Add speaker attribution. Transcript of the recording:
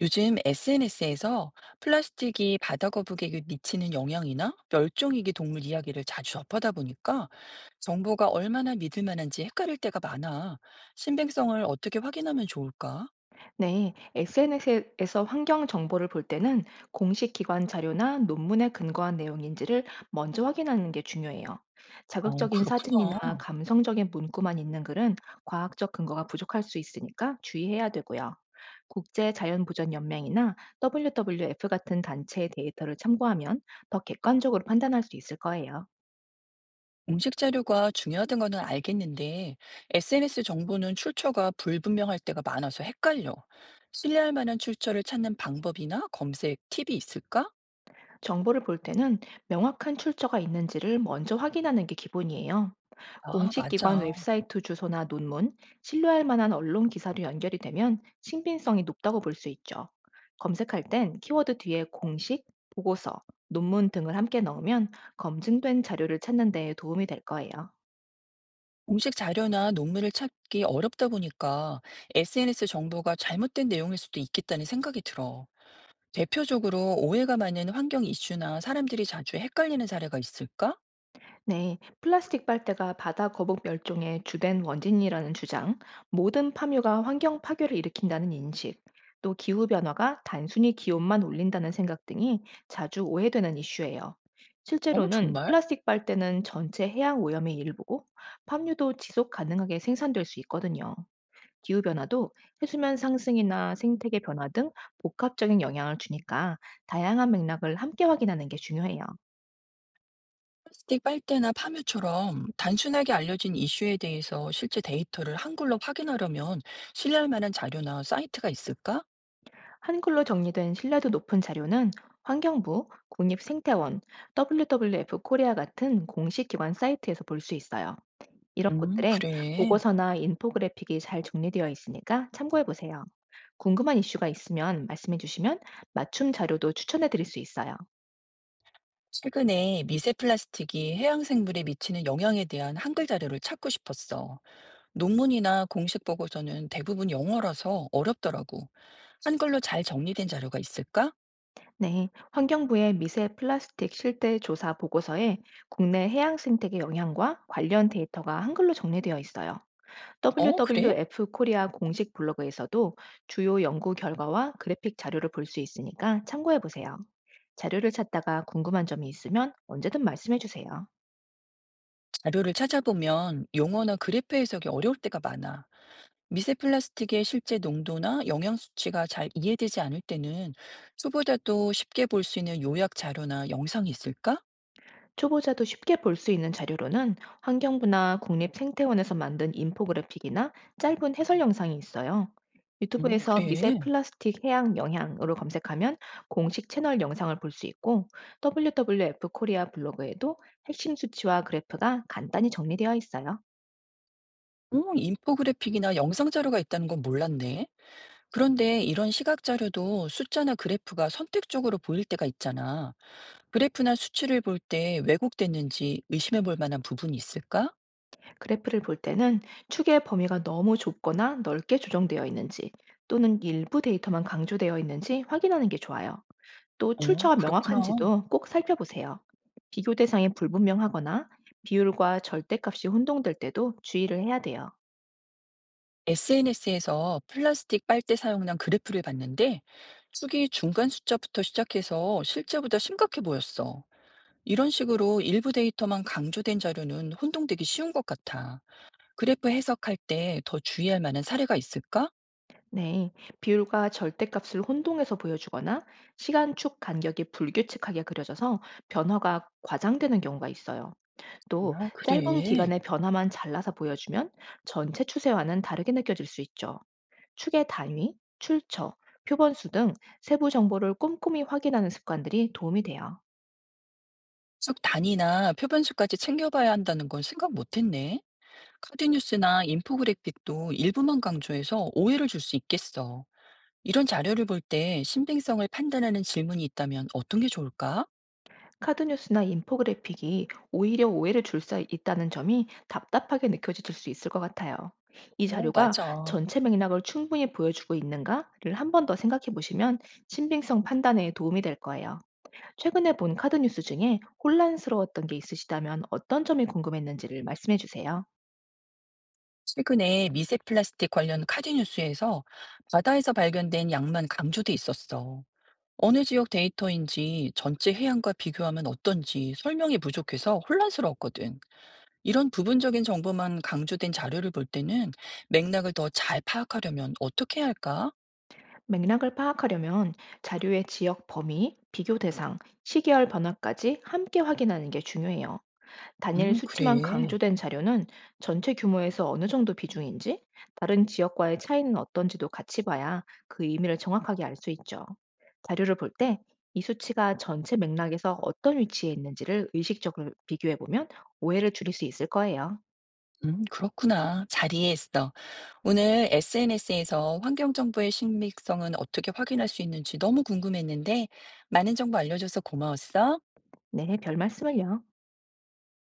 Speaker 1: 요즘 SNS에서 플라스틱이 바다 거북에게 미치는 영향이나 멸종위기 동물 이야기를 자주 접하다 보니까 정보가 얼마나 믿을 만한지 헷갈릴 때가 많아. 신빙성을 어떻게 확인하면 좋을까?
Speaker 2: 네, SNS에서 환경 정보를 볼 때는 공식 기관 자료나 논문에 근거한 내용인지를 먼저 확인하는 게 중요해요.
Speaker 1: 어,
Speaker 2: 자극적인 사진이나
Speaker 1: 그렇구나.
Speaker 2: 감성적인 문구만 있는 글은 과학적 근거가 부족할 수 있으니까 주의해야 되고요. 국제자연보전연맹이나 WWF 같은 단체의 데이터를 참고하면 더 객관적으로 판단할 수 있을 거예요.
Speaker 1: 공식 자료가 중요하던 거는 알겠는데 SNS 정보는 출처가 불분명할 때가 많아서 헷갈려. 신뢰할 만한 출처를 찾는 방법이나 검색 팁이 있을까?
Speaker 2: 정보를 볼 때는 명확한 출처가 있는지를 먼저 확인하는 게 기본이에요.
Speaker 1: 아,
Speaker 2: 공식 기관
Speaker 1: 맞아.
Speaker 2: 웹사이트 주소나 논문, 신뢰할 만한 언론 기사로 연결이 되면 신빙성이 높다고 볼 수 있죠. 검색할 땐 키워드 뒤에 공식, 보고서, 논문 등을 함께 넣으면 검증된 자료를 찾는 데 도움이 될 거예요.
Speaker 1: 공식 자료나 논문을 찾기 어렵다 보니까 SNS 정보가 잘못된 내용일 수도 있겠다는 생각이 들어. 대표적으로 오해가 많은 환경 이슈나 사람들이 자주 헷갈리는 사례가 있을까?
Speaker 2: 네, 플라스틱 빨대가 바다 거북 멸종의 주된 원인이라는 주장, 모든 파묘가 환경 파괴를 일으킨다는 인식, 또 기후 변화가 단순히 기온만 올린다는 생각 등이 자주 오해되는 이슈예요.
Speaker 1: 어,
Speaker 2: 실제로는
Speaker 1: 정말?
Speaker 2: 플라스틱 빨대는 전체 해양 오염의 일부고 파묘도 지속 가능하게 생산될 수 있거든요. 기후 변화도 해수면 상승이나 생태계 변화 등 복합적인 영향을 주니까 다양한 맥락을 함께 확인하는 게 중요해요.
Speaker 1: 플라스틱 빨대나 파묘처럼 단순하게 알려진 이슈에 대해서 실제 데이터를 한글로 확인하려면 신뢰할 만한 자료나 사이트가 있을까?
Speaker 2: 한글로 정리된 신뢰도 높은 자료는 환경부, 국립생태원, WWF 코리아 같은 공식 기관 사이트에서 볼 수 있어요. 이런 곳들에
Speaker 1: 그래.
Speaker 2: 보고서나 인포그래픽이 잘 정리되어 있으니까 참고해 보세요. 궁금한 이슈가 있으면 말씀해 주시면 맞춤 자료도 추천해 드릴 수 있어요.
Speaker 1: 최근에 미세 플라스틱이 해양 생물에 미치는 영향에 대한 한글 자료를 찾고 싶었어. 논문이나 공식 보고서는 대부분 영어라서 어렵더라고. 한글로 잘 정리된 자료가 있을까?
Speaker 2: 네, 환경부의 미세 플라스틱 실태 조사 보고서에 국내 해양 생태계 영향과 관련 데이터가 한글로 정리되어 있어요.
Speaker 1: 어, 그래?
Speaker 2: WWF 코리아 공식 블로그에서도 주요 연구 결과와 그래픽 자료를 볼 수 있으니까 참고해 보세요. 자료를 찾다가 궁금한 점이 있으면 언제든 말씀해 주세요.
Speaker 1: 자료를 찾아보면 용어나 그래프 해석이 어려울 때가 많아. 미세 플라스틱의 실제 농도나 영양 수치가 잘 이해되지 않을 때는 수보다도 쉽게 볼 수 있는 요약 자료나 영상이 있을까?
Speaker 2: 초보자도 쉽게 볼 수 있는 자료로는 환경부나 국립생태원에서 만든 인포그래픽이나 짧은 해설 영상이 있어요.
Speaker 1: 어,
Speaker 2: 유튜브에서 미세
Speaker 1: 그래.
Speaker 2: 플라스틱 해양 영향으로 검색하면 공식 채널 영상을 볼 수 있고 WWF 코리아 블로그에도 핵심 수치와 그래프가 간단히 정리되어 있어요.
Speaker 1: 어, 인포그래픽이나 영상 자료가 있다는 건 몰랐네. 그런데 이런 시각 자료도 숫자나 그래프가 선택적으로 보일 때가 있잖아. 그래프나 수치를 볼 때 왜곡됐는지 의심해 볼 만한 부분이 있을까?
Speaker 2: 그래프를 볼 때는 축의 범위가 너무 좁거나 넓게 조정되어 있는지 또는 일부 데이터만 강조되어 있는지 확인하는 게 좋아요. 또
Speaker 1: 어,
Speaker 2: 출처가
Speaker 1: 그렇구나.
Speaker 2: 명확한지도 꼭 살펴보세요. 비교 대상이 불분명하거나 비율과 절대값이 혼동될 때도 주의를 해야 돼요.
Speaker 1: SNS에서 플라스틱 빨대 사용량 그래프를 봤는데, 축이 중간 숫자부터 시작해서 실제보다 심각해 보였어. 이런 식으로 일부 데이터만 강조된 자료는 혼동되기 쉬운 것 같아. 그래프 해석할 때 더 주의할 만한 사례가 있을까?
Speaker 2: 네, 비율과 절대값을 혼동해서 보여주거나 시간축 간격이 불규칙하게 그려져서 변화가 과장되는 경우가 있어요. 또
Speaker 1: 아,
Speaker 2: 짧은
Speaker 1: 그래.
Speaker 2: 기간의 변화만 잘라서 보여주면 전체 추세와는 다르게 느껴질 수 있죠. 축의 단위, 출처, 표본수 등 세부 정보를 꼼꼼히 확인하는 습관들이 도움이 돼요.
Speaker 1: 쭉 단위나 표변수까지 챙겨봐야 한다는 건 생각 못 했네. 카드 뉴스나 인포그래픽도 일부만 강조해서 오해를 줄 수 있겠어. 이런 자료를 볼 때 신빙성을 판단하는 질문이 있다면 어떤 게 좋을까?
Speaker 2: 카드 뉴스나 인포그래픽이 오히려 오해를 줄 수 있다는 점이 답답하게 느껴질 수 있을 것 같아요. 이
Speaker 1: 어,
Speaker 2: 자료가
Speaker 1: 맞아.
Speaker 2: 전체 맥락을 충분히 보여주고 있는가를 한 번 더 생각해 보시면 신빙성 판단에 도움이 될 거예요. 최근에 본 카드 뉴스 중에 혼란스러웠던 게 있으시다면 어떤 점이 궁금했는지를 말씀해 주세요.
Speaker 1: 최근에 미세 플라스틱 관련 카드 뉴스에서 바다에서 발견된 양만 강조돼 있었어. 어느 지역 데이터인지 전체 해양과 비교하면 어떤지 설명이 부족해서 혼란스러웠거든. 이런 부분적인 정보만 강조된 자료를 볼 때는 맥락을 더 잘 파악하려면 어떻게 해야 할까?
Speaker 2: 맥락을 파악하려면 자료의 지역 범위, 비교 대상, 시계열 변화까지 함께 확인하는 게 중요해요. 단일 수치만
Speaker 1: 그래.
Speaker 2: 강조된 자료는 전체 규모에서 어느 정도 비중인지, 다른 지역과의 차이는 어떤지도 같이 봐야 그 의미를 정확하게 알 수 있죠. 자료를 볼 때 이 수치가 전체 맥락에서 어떤 위치에 있는지를 의식적으로 비교해 보면 오해를 줄일 수 있을 거예요.
Speaker 1: 그렇구나. 잘 이해했어. 오늘 SNS에서 환경 정보의 신빙성은 어떻게 확인할 수 있는지 너무 궁금했는데, 많은 정보 알려줘서 고마웠어.
Speaker 2: 네, 별 말씀을요.